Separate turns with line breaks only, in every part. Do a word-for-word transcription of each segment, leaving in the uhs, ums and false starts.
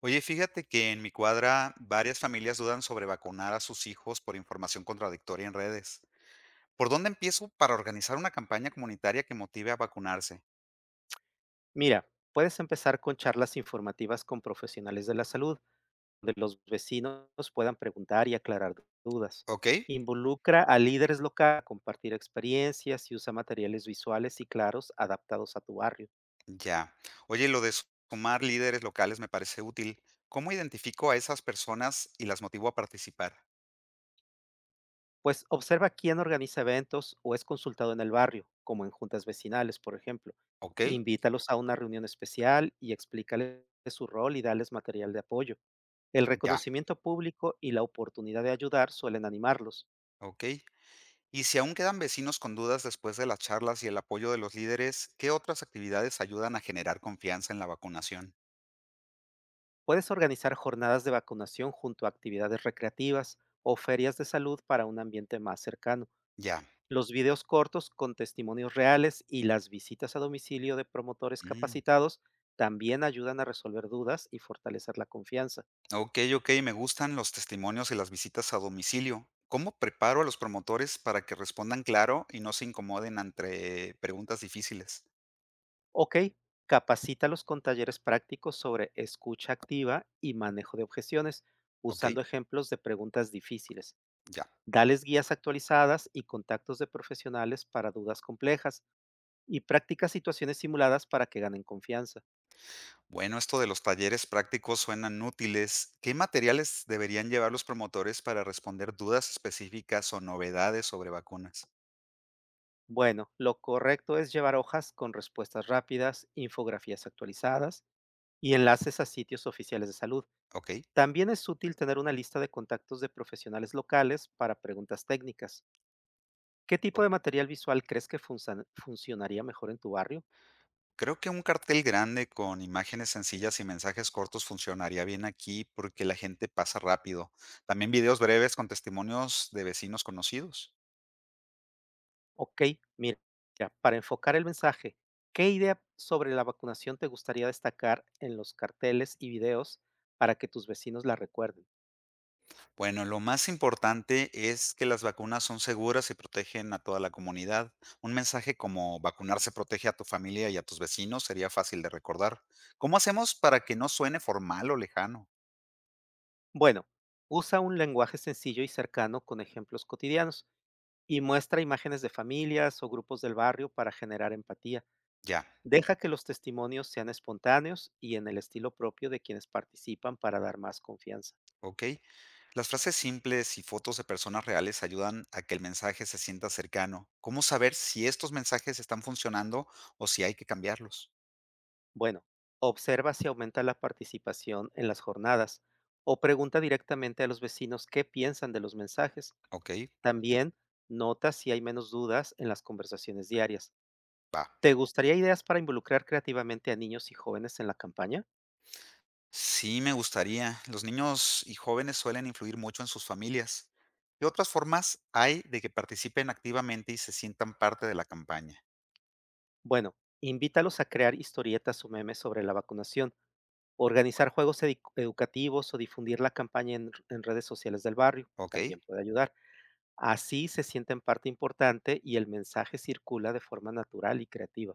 Oye, fíjate que en mi cuadra varias familias dudan sobre vacunar a sus hijos por información contradictoria en redes. ¿Por dónde empiezo para organizar una campaña comunitaria que motive a vacunarse?
Mira, puedes empezar con charlas informativas con profesionales de la salud, donde los vecinos puedan preguntar y aclarar dudas.
¿Ok?
Involucra a líderes locales a compartir experiencias y usa materiales visuales y claros adaptados a tu barrio.
Ya. Oye, lo de sumar líderes locales me parece útil. ¿Cómo identifico a esas personas y las motivo a participar?
Pues observa quién organiza eventos o es consultado en el barrio, como en juntas vecinales, por ejemplo.
¿Ok?
Invítalos a una reunión especial y explícales su rol y dales material de apoyo. El
Ya.
reconocimiento público y la oportunidad de ayudar suelen animarlos.
¿Ok? Y si aún quedan vecinos con dudas después de las charlas y el apoyo de los líderes, ¿qué otras actividades ayudan a generar confianza en la vacunación?
Puedes organizar jornadas de vacunación junto a actividades recreativas o ferias de salud para un ambiente más cercano.
Ya.
Los videos cortos con testimonios reales y las visitas a domicilio de promotores
Mm.
capacitados también ayudan a resolver dudas y fortalecer la confianza.
Ok, ok, me gustan los testimonios y las visitas a domicilio. ¿Cómo preparo a los promotores para que respondan claro y no se incomoden ante preguntas difíciles?
Ok, capacítalos con talleres prácticos sobre escucha activa y manejo de objeciones,
Ok,
usando ejemplos de preguntas difíciles.
ya.
Dales guías actualizadas y contactos de profesionales para dudas complejas y practica situaciones simuladas para que ganen confianza.
Bueno, esto de los talleres prácticos suenan útiles. ¿Qué materiales deberían llevar los promotores para responder dudas específicas o novedades sobre vacunas?
Bueno, lo correcto es llevar hojas con respuestas rápidas, infografías actualizadas y enlaces a sitios oficiales de salud.
Ok.
También es útil tener una lista de contactos de profesionales locales para preguntas técnicas. ¿Qué tipo
Ok.
de material visual crees que funsan- funcionaría mejor en tu barrio?
Creo que un cartel grande con imágenes sencillas y mensajes cortos funcionaría bien aquí porque la gente pasa rápido. También videos breves con testimonios de vecinos conocidos.
Ok, mira, para enfocar el mensaje, ¿qué idea sobre la vacunación te gustaría destacar en los carteles y videos para que tus vecinos la recuerden?
Bueno, lo más importante es que las vacunas son seguras y protegen a toda la comunidad. Un mensaje como vacunarse protege a tu familia y a tus vecinos sería fácil de recordar. ¿Cómo hacemos para que no suene formal o lejano?
Bueno, usa un lenguaje sencillo y cercano con ejemplos cotidianos y muestra imágenes de familias o grupos del barrio para generar empatía.
Ya.
Deja que los testimonios sean espontáneos y en el estilo propio de quienes participan para dar más confianza.
¿Ok? Las frases simples y fotos de personas reales ayudan a que el mensaje se sienta cercano. ¿Cómo saber si estos mensajes están funcionando o si hay que cambiarlos?
Bueno, observa si aumenta la participación en las jornadas o pregunta directamente a los vecinos qué piensan de los mensajes.
¿Ok?
También nota si hay menos dudas en las conversaciones diarias.
Va.
¿Te gustaría ideas para involucrar creativamente a niños y jóvenes en la campaña?
Sí, me gustaría. Los niños y jóvenes suelen influir mucho en sus familias. ¿Qué otras formas hay de que participen activamente y se sientan parte de la campaña?
Bueno, invítalos a crear historietas o memes sobre la vacunación, organizar juegos edu- educativos o difundir la campaña en, r- en redes sociales del barrio.
¿Ok?
También puede ayudar. Así se sienten parte importante y el mensaje circula de forma natural y creativa.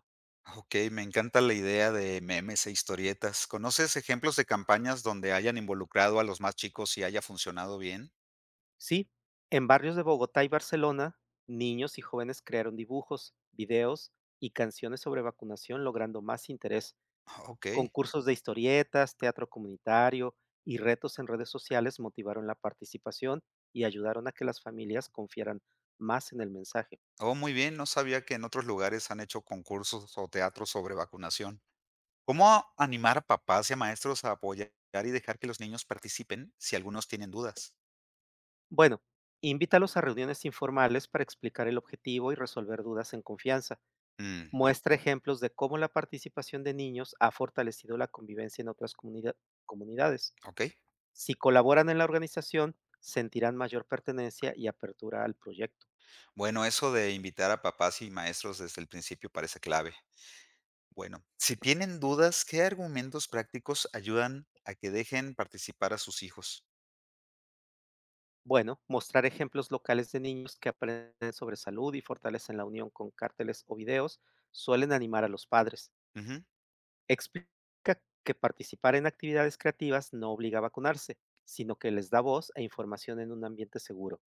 Ok, me encanta la idea de memes e historietas. ¿Conoces ejemplos de campañas donde hayan involucrado a los más chicos y haya funcionado bien?
Sí, en barrios de Bogotá y Barcelona, niños y jóvenes crearon dibujos, videos y canciones sobre vacunación, logrando más interés.
Ok.
Concursos de historietas, teatro comunitario y retos en redes sociales motivaron la participación y ayudaron a que las familias confiaran más en el mensaje.
Oh, muy bien, no sabía que en otros lugares han hecho concursos o teatros sobre vacunación. ¿Cómo animar a papás y a maestros a apoyar y dejar que los niños participen si algunos tienen dudas?
Bueno, invítalos a reuniones informales para explicar el objetivo y resolver dudas en confianza.
Mm,
Muestra ejemplos de cómo la participación de niños ha fortalecido la convivencia en otras comunida- comunidades.
ok.
Si colaboran en la organización, sentirán mayor pertenencia y apertura al proyecto.
Bueno, eso de invitar a papás y maestros desde el principio parece clave. Bueno, si tienen dudas, ¿qué argumentos prácticos ayudan a que dejen participar a sus hijos?
Bueno, mostrar ejemplos locales de niños que aprenden sobre salud y fortalecen la unión con carteles o videos suelen animar a los padres.
Ujú,
Explica que participar en actividades creativas no obliga a vacunarse, sino que les da voz e información en un ambiente seguro.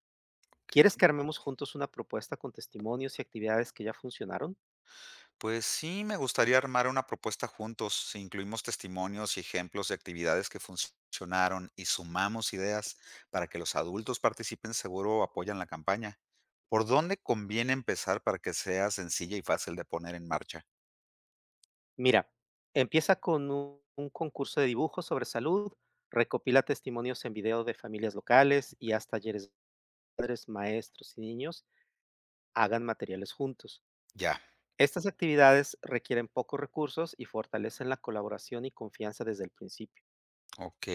¿Quieres
ok.
que armemos juntos una propuesta con testimonios y actividades que ya funcionaron?
Pues sí, me gustaría armar una propuesta juntos. Si incluimos testimonios y ejemplos de actividades que funcionaron y sumamos ideas para que los adultos participen, seguro apoyan la campaña. ¿Por dónde conviene empezar para que sea sencilla y fácil de poner en marcha?
Mira, empieza con un, un concurso de dibujo sobre salud, recopila testimonios en video de familias locales y haz talleres de padres, maestros y niños hagan materiales juntos.
Ya,
Estas actividades requieren pocos recursos y fortalecen la colaboración y confianza desde el principio.
ok.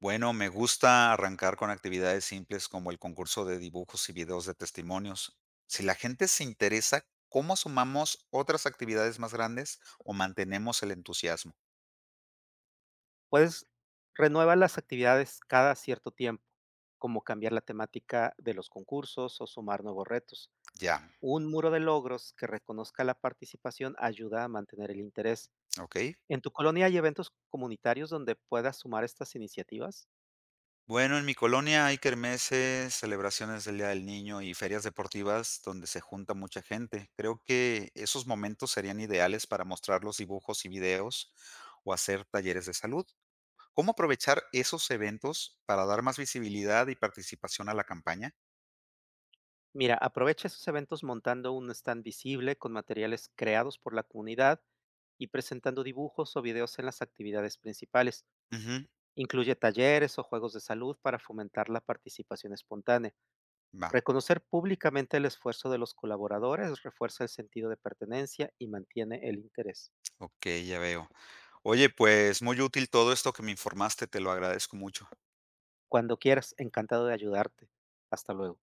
Bueno, me gusta arrancar con actividades simples como el concurso de dibujos y videos de testimonios. Si la gente se interesa, ¿cómo sumamos otras actividades más grandes o mantenemos el entusiasmo?
Puedes renueva las actividades cada cierto tiempo, como cambiar la temática de los concursos o sumar nuevos retos.
Ya.
Un muro de logros que reconozca la participación ayuda a mantener el interés.
Okey.
¿En tu colonia hay eventos comunitarios donde puedas sumar estas iniciativas?
Bueno, en mi colonia hay kermeses, celebraciones del Día del Niño y ferias deportivas donde se junta mucha gente. Creo que esos momentos serían ideales para mostrar los dibujos y videos o hacer talleres de salud. ¿Cómo aprovechar esos eventos para dar más visibilidad y participación a la campaña?
Mira, aprovecha esos eventos montando un stand visible con materiales creados por la comunidad y presentando dibujos o videos en las actividades principales.
Ujú,
Incluye talleres o juegos de salud para fomentar la participación espontánea.
va.
Reconocer públicamente el esfuerzo de los colaboradores refuerza el sentido de pertenencia y mantiene el interés.
Okey, ya veo. Oye, pues muy útil todo esto que me informaste, te lo agradezco mucho.
Cuando quieras, encantado de ayudarte. Hasta luego.